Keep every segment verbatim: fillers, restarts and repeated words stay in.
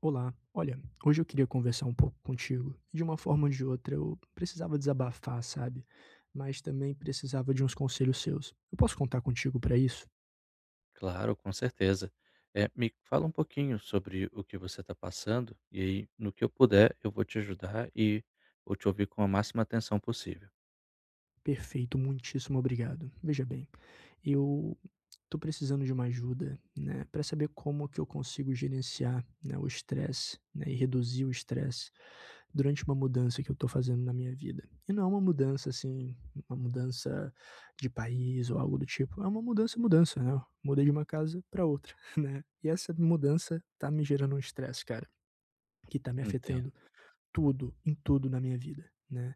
Olá, olha, hoje eu queria conversar um pouco contigo. De uma forma ou de outra, eu precisava desabafar, sabe? Mas também precisava de uns conselhos seus. Eu posso contar contigo para isso? Claro, com certeza. Eh, me fala um pouquinho sobre o que você está passando, e aí, no que eu puder, eu vou te ajudar e vou te ouvir com a máxima atenção possível. Perfeito, muitíssimo obrigado. Veja bem, eu tô precisando de uma ajuda, né, para saber como que eu consigo gerenciar, né, o estresse, né, e reduzir o estresse durante uma mudança que eu tô fazendo na minha vida. E não é uma mudança, assim, uma mudança de país ou algo do tipo, é uma mudança, mudança, né, eu mudei de uma casa para outra, né. E essa mudança tá me gerando um estresse, cara, que tá me Entendo. afetando tudo, em tudo na minha vida, né.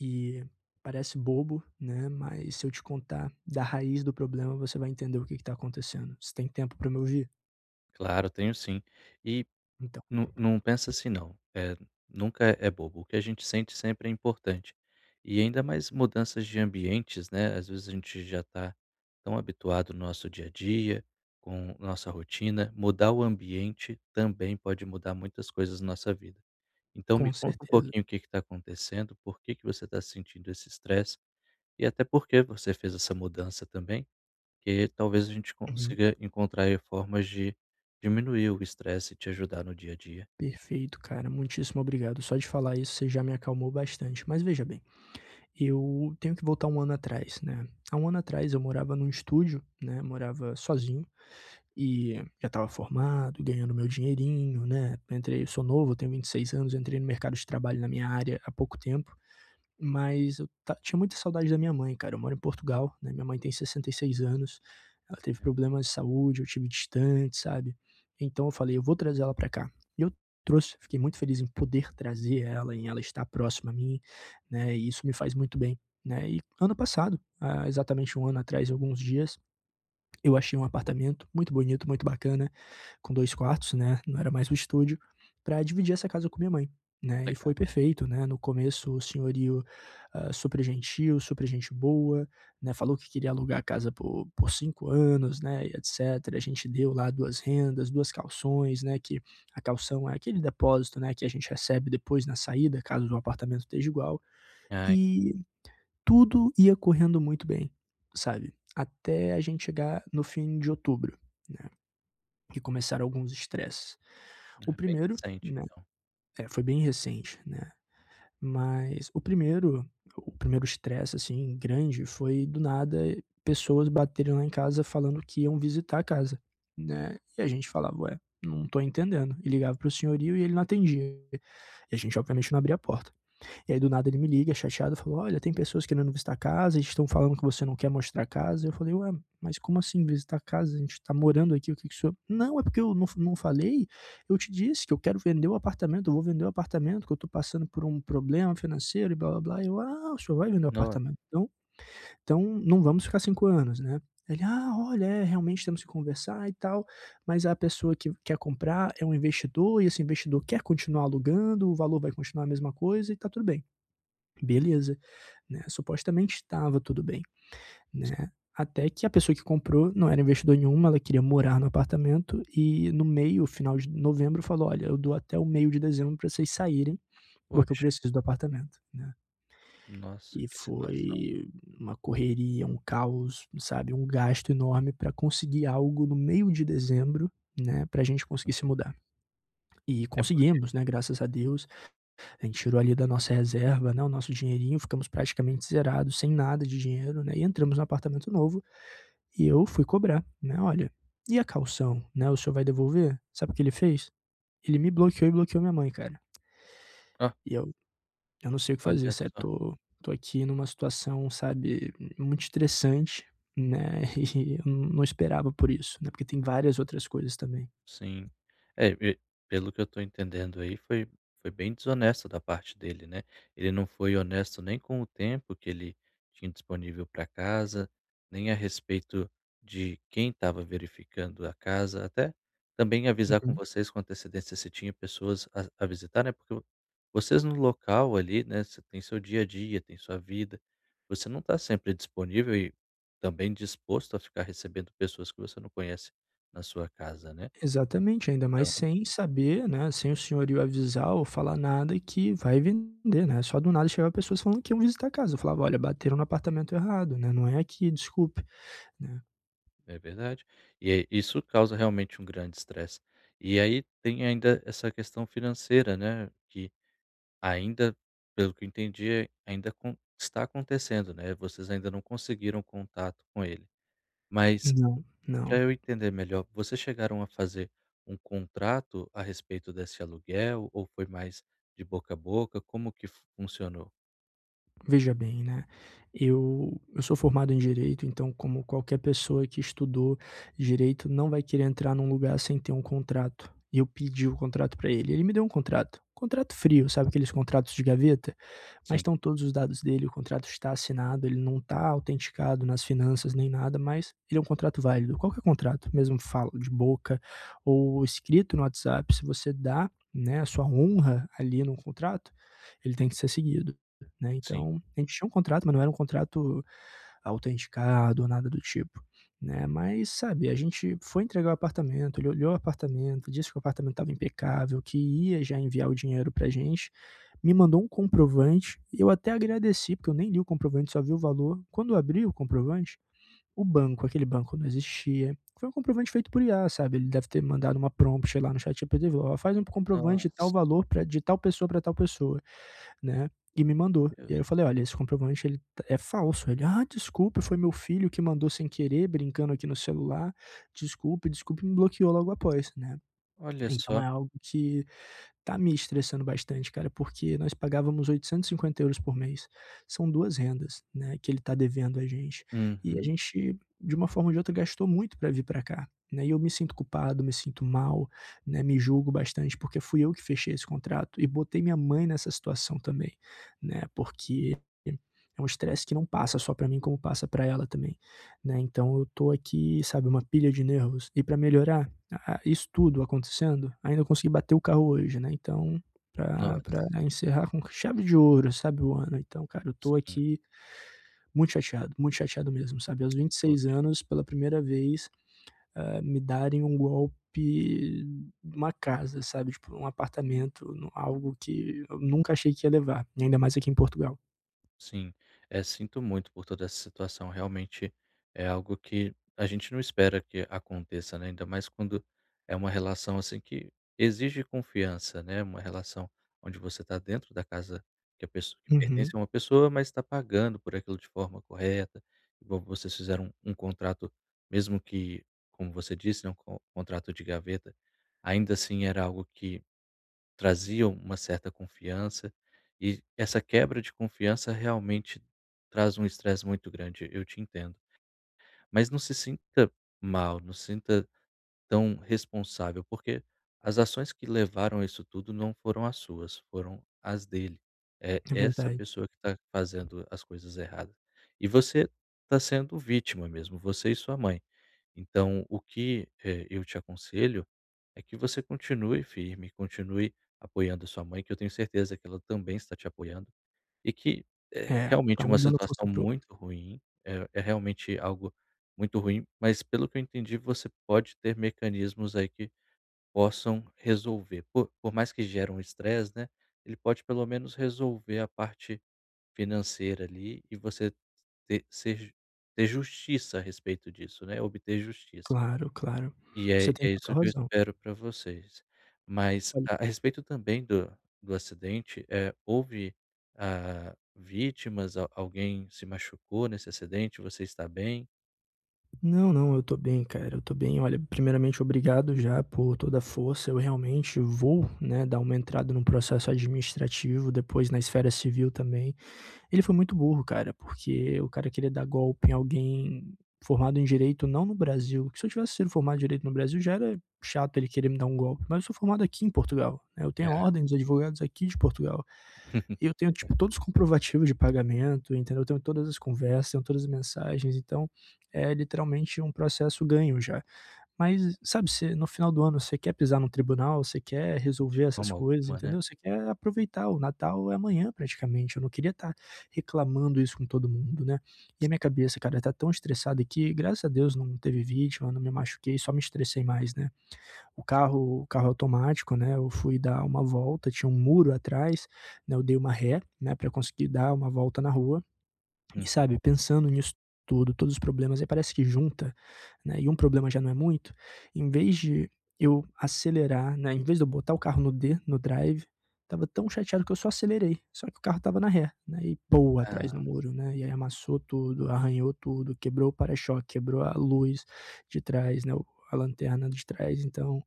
E parece bobo, né, mas se eu te contar da raiz do problema, você vai entender o que está acontecendo. Você tem tempo para me ouvir? Claro, tenho sim. E Então. Não não pensa assim não, é nunca é é bobo, o que a gente sente sempre é importante. E ainda mais mudanças de ambientes, né, às vezes a gente já está tão habituado no nosso dia a dia, com nossa rotina, mudar o ambiente também pode mudar muitas coisas na nossa vida. Então me Com conta um certeza. pouquinho o que que tá acontecendo, por que que você está sentindo esse estresse e até por que você fez essa mudança também, que talvez a gente Uhum. consiga encontrar aí formas de diminuir o estresse e te ajudar no dia a dia. Perfeito, cara, muitíssimo obrigado. Só de falar isso você já me acalmou bastante. Mas veja bem, eu tenho que voltar um ano atrás, né. Há um ano atrás eu morava num estúdio, né, morava sozinho e já estava formado, ganhando meu dinheirinho, né. Entrei eu sou novo, tenho vinte e seis anos, entrei no mercado de trabalho na minha área há pouco tempo. Mas eu ta tinha muita saudade da minha mãe, cara, eu moro em Portugal, né, minha mãe tem sessenta e seis anos, ela teve problemas de saúde, eu tive distante, sabe. Então eu falei: "Eu vou trazer ela pra cá". E eu trouxe, fiquei muito feliz em poder trazer ela, em ela estar próxima a mim, né, e isso me faz muito bem, né. E ano passado, há exatamente um ano atrás e alguns dias, eu achei um apartamento muito bonito, muito bacana com dois quartos, né? Não era mais o estúdio, para dividir essa casa com minha mãe. Né, e Legal. foi perfeito, né? No começo o senhorio, ah, super gentil, super gente boa, né? Falou que queria alugar a casa por, por cinco anos, né? E etcétera. A gente deu lá duas rendas, duas calções, né? Que a calção é aquele depósito, né? Que a gente recebe depois na saída, caso o apartamento esteja igual. Ai, E tudo ia correndo muito bem, sabe? Até a gente chegar no fim de outubro, né, que começaram alguns estresses. O ah, bem primeiro, recente né. então. É, foi bem recente, né, mas o primeiro o primeiro estresse, assim, grande foi do nada pessoas baterem lá em casa falando que iam visitar a casa, né, e a gente falava: "Ué, não tô entendendo", e ligava para o senhorio e ele não atendia, e a gente obviamente não abria a porta. E aí do nada ele me liga, chateado, falou: "Olha, tem pessoas querendo visitar a casa, eles estão falando que você não quer mostrar a casa". Eu falei, ué, mas como assim visitar a casa? A gente tá morando aqui, o que que o senhor. "Não, é porque eu não, não falei, eu te disse que eu quero vender o apartamento, eu vou vender o apartamento, que eu tô passando por um problema financeiro e blá blá blá". Eu, ah, o senhor vai vender o No, apartamento. Então, então não vamos ficar cinco anos, né? Ele, ah, olha, é, realmente temos que conversar e tal, mas a pessoa que quer comprar é um investidor e esse investidor quer continuar alugando, o valor vai continuar a mesma coisa e tá tudo bem. Beleza, né, supostamente estava tudo bem, né, até que a pessoa que comprou não era investidor nenhum, ela queria morar no apartamento e no meio, final de novembro falou: "Olha, eu dou até o meio de dezembro para vocês saírem, porque eu poxa, preciso do apartamento", né. nossa, E que situação. foi uma correria, um caos, sabe, um gasto enorme para conseguir algo no meio de dezembro, né, para a gente conseguir se Uhum. mudar. E É porque conseguimos, né, graças a Deus. A gente tirou ali da nossa reserva, né, o nosso dinheirinho, ficamos praticamente zerados, sem nada de dinheiro, né, e entramos no apartamento novo e eu fui cobrar, né, olha, e a calção, né, o senhor vai devolver? Sabe o que ele fez? Ele me bloqueou e bloqueou minha mãe, cara. ó, E eu, eu não sei o que fazer, olha certo? só. tô, tô aqui numa situação, sabe, muito estressante, né, e eu não esperava por isso, né, porque tem várias outras coisas também. Sim. É, e pelo que eu tô entendendo aí, foi foi bem desonesto da parte dele, né. Ele não foi honesto nem com o tempo que ele tinha disponível para casa, nem a respeito de quem estava verificando a casa, até também avisar com vocês com antecedência se tinha pessoas a a visitar, né, porque vocês no local ali, né, você tem seu dia a dia, tem sua vida, você não está sempre disponível e também disposto a ficar recebendo pessoas que você não conhece na sua casa, né. Exatamente, ainda mais Então, sem saber, né, sem o senhorio avisar ou falar nada que vai vender, né, só do nada chegava pessoas falando que iam visitar a casa, eu falava: "Olha, bateram no apartamento errado, né, não é aqui, desculpe", né. é verdade. E aí isso causa realmente um grande estresse. E aí tem ainda essa questão financeira, né, que ainda, pelo que eu entendi, é, ainda con está acontecendo, né, vocês ainda não conseguiram contato com ele. Mas Não, para não. eu entender melhor, vocês chegaram a fazer um contrato a respeito desse aluguel ou foi mais de boca a boca? Como que fu funcionou? Veja bem, né, eu eu sou formado em direito, então como qualquer pessoa que estudou direito não vai querer entrar num lugar sem ter um contrato, e eu pedi o contrato para ele, ele me deu um contrato, contrato frio, sabe aqueles contratos de gaveta? Mas Sim, estão todos os dados dele, o contrato está assinado, ele não está autenticado nas finanças nem nada, mas ele é um contrato válido. Qualquer contrato, mesmo fala de boca ou escrito no WhatsApp, se você dá, né, a sua honra ali no contrato, ele tem que ser seguido. Né? sim. Então, a gente tinha um contrato, mas não era um contrato autenticado ou nada do tipo, né? Mas, sabe, a gente foi entregar o apartamento, ele olhou o apartamento, disse que o apartamento estava impecável, que ia já enviar o dinheiro pra gente, me mandou um comprovante, eu até agradeci, porque eu nem li o comprovante, só vi o valor. Quando eu abri o comprovante, o banco, aquele banco não existia. Foi um comprovante feito por I A, sabe? Ele deve ter mandado uma prompt lá no ChatGPT, falou, ó, faz um comprovante de tal Nossa, valor para de tal pessoa para tal pessoa, né? E me mandou. E aí Deus. eu falei, olha, esse comprovante ele tá- é falso. Ele, ah, desculpa, foi meu filho que mandou sem querer, brincando aqui no celular. Desculpe, desculpe, me bloqueou logo após, né? Olha Então só. é algo que tá me estressando bastante, cara, porque nós pagávamos oitocentos e cinquenta euros por mês. São duas rendas, né, que ele tá devendo a gente. E a Uhum. gente, de uma forma ou de outra, gastou muito para vir para cá, né, e eu me sinto culpado, me sinto mal, né, me julgo bastante, porque fui eu que fechei esse contrato e botei minha mãe nessa situação também, né, porque é um estresse que não passa só para mim, como passa para ela também, né. Então eu tô aqui, sabe, uma pilha de nervos. E para melhorar, ah, isso tudo acontecendo, ainda consegui bater o carro hoje, né, então pra Nossa, pra encerrar com chave de ouro, sabe, o ano. Então, cara, eu tô sim. aqui muito chateado, muito chateado mesmo, sabe. Aos vinte e seis anos, pela primeira vez, ah, me darem um golpe numa casa, sabe, tipo, um apartamento, no algo que eu nunca achei que ia levar, e ainda mais aqui em Portugal. Sim, eh, sinto muito por toda essa situação. Realmente é algo que a gente não espera que aconteça, né? Ainda mais quando é uma relação assim que exige confiança, né? Uma relação onde você está dentro da casa que a pessoa que pertence Uhum, a uma pessoa, mas está pagando por aquilo de forma correta. Igual vocês fizeram um, um contrato, mesmo que, como você disse, né, um co- contrato de gaveta, ainda assim era algo que traziam uma certa confiança, e essa quebra de confiança realmente traz um estresse muito grande, eu te entendo. Mas não se sinta mal, não se sinta tão responsável, porque as ações que levaram a isso tudo não foram as suas, foram as dele. É é essa verdade. pessoa que está fazendo as coisas erradas. E você está sendo vítima mesmo, você e sua mãe. Então, o que eh, eu te aconselho é que você continue firme, continue apoiando sua mãe, que eu tenho certeza que ela também está te apoiando, e que é É, tá realmente uma um dando força situação para. muito ruim, é, é realmente algo muito ruim, mas pelo que eu entendi, você pode ter mecanismos aí que possam resolver. Por, por mais que gere um estresse, né? Ele pode pelo menos resolver a parte financeira ali e você ter, ser, ju- ter justiça a respeito disso, né? Obter justiça. Claro, claro. E é Você E tem é isso total que eu razão. espero para vocês. Mas Olha, a a respeito também do do acidente, eh, houve, ah, vítimas? Al Alguém se machucou nesse acidente? Você está bem? não, não, eu tô bem, cara, eu tô bem. Olha, primeiramente, obrigado já por toda a força. Eu realmente vou, né, dar uma entrada no processo administrativo, depois na esfera civil também. Ele foi muito burro, cara, porque o cara queria dar golpe em alguém formado em direito, não no Brasil, que se eu tivesse sido formado em direito no Brasil já era chato ele querer me dar um golpe, mas eu sou formado aqui em Portugal, né, eu tenho a É. ordem dos advogados aqui de Portugal. E eu tenho, tipo, todos os comprovativos de pagamento, entendeu, eu tenho todas as conversas, tenho todas as mensagens, então é literalmente um processo ganho já. Mas, sabe, você no final do ano você quer pisar num tribunal, você quer De resolver essas forma coisas, alguma, né? entendeu? Você quer aproveitar, o Natal é amanhã praticamente, eu não queria estar reclamando isso com todo mundo, né. E a minha cabeça, cara, tá tão estressada que, graças a Deus, não teve vítima, não me machuquei, só me estressei mais, né. O carro o carro automático, né, eu fui dar uma volta, tinha um muro atrás, né, eu dei uma ré, né, pra conseguir dar uma volta na rua. E Uhum. sabe, pensando nisso tudo, todos os problemas, aí parece que junta, né, e um problema já não é muito, em vez de eu acelerar, né, em vez de eu botar o carro no D, no drive, tava tão chateado que eu só acelerei, só que o carro tava na ré, né, e pou atrás no muro, né, e aí amassou tudo, arranhou tudo, quebrou o para-choque, quebrou a luz de trás, né, o a lanterna de trás, então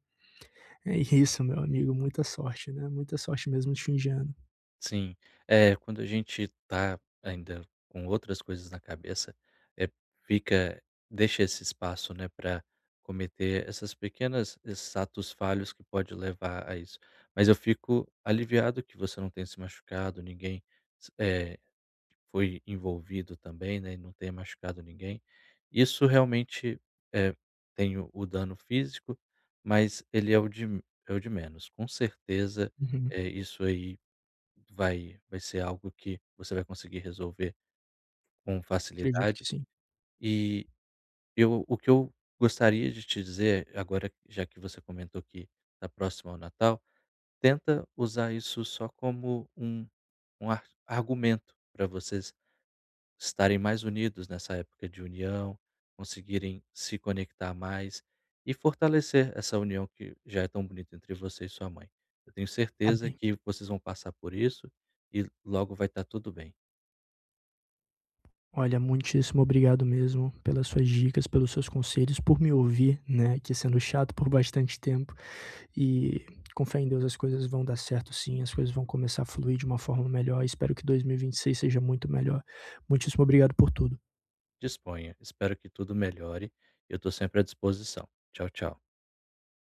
é isso, meu amigo, muita sorte, né, muita sorte mesmo neste fim de ano. Sim. É, quando a gente tá ainda com outras coisas na cabeça, eh, fica deixa esse espaço, né, para cometer essas pequenas esses atos falhos que pode levar a isso. Mas eu fico aliviado que você não tenha se machucado, ninguém s eh, foi envolvido também, né, e não tenha machucado ninguém. Isso realmente, eh, tem o o dano físico, mas ele é o de é o de menos. Com certeza, Uhum, eh, isso aí Vai vai ser algo que você vai conseguir resolver com acredito que facilidade. sim. E eu o que eu gostaria de te dizer agora, já que você comentou que está próximo ao Natal, tenta usar isso só como um um ar argumento para vocês estarem mais unidos nessa época de união, conseguirem se conectar mais e fortalecer essa união que já é tão bonita entre você e sua mãe. Eu tenho Tá certeza bem. que vocês vão passar por isso e logo vai estar tudo bem. Olha, muitíssimo obrigado mesmo pelas suas dicas, pelos seus conselhos, por me ouvir, né, que sendo chato por bastante tempo e com fé em Deus as coisas vão dar certo sim, as coisas vão começar a fluir de uma forma melhor. Espero que dois mil e e vinte e seis seja muito melhor. Muitíssimo obrigado por tudo. Disponha. Espero que tudo melhore. Eu estou sempre à disposição. Tchau, tchau.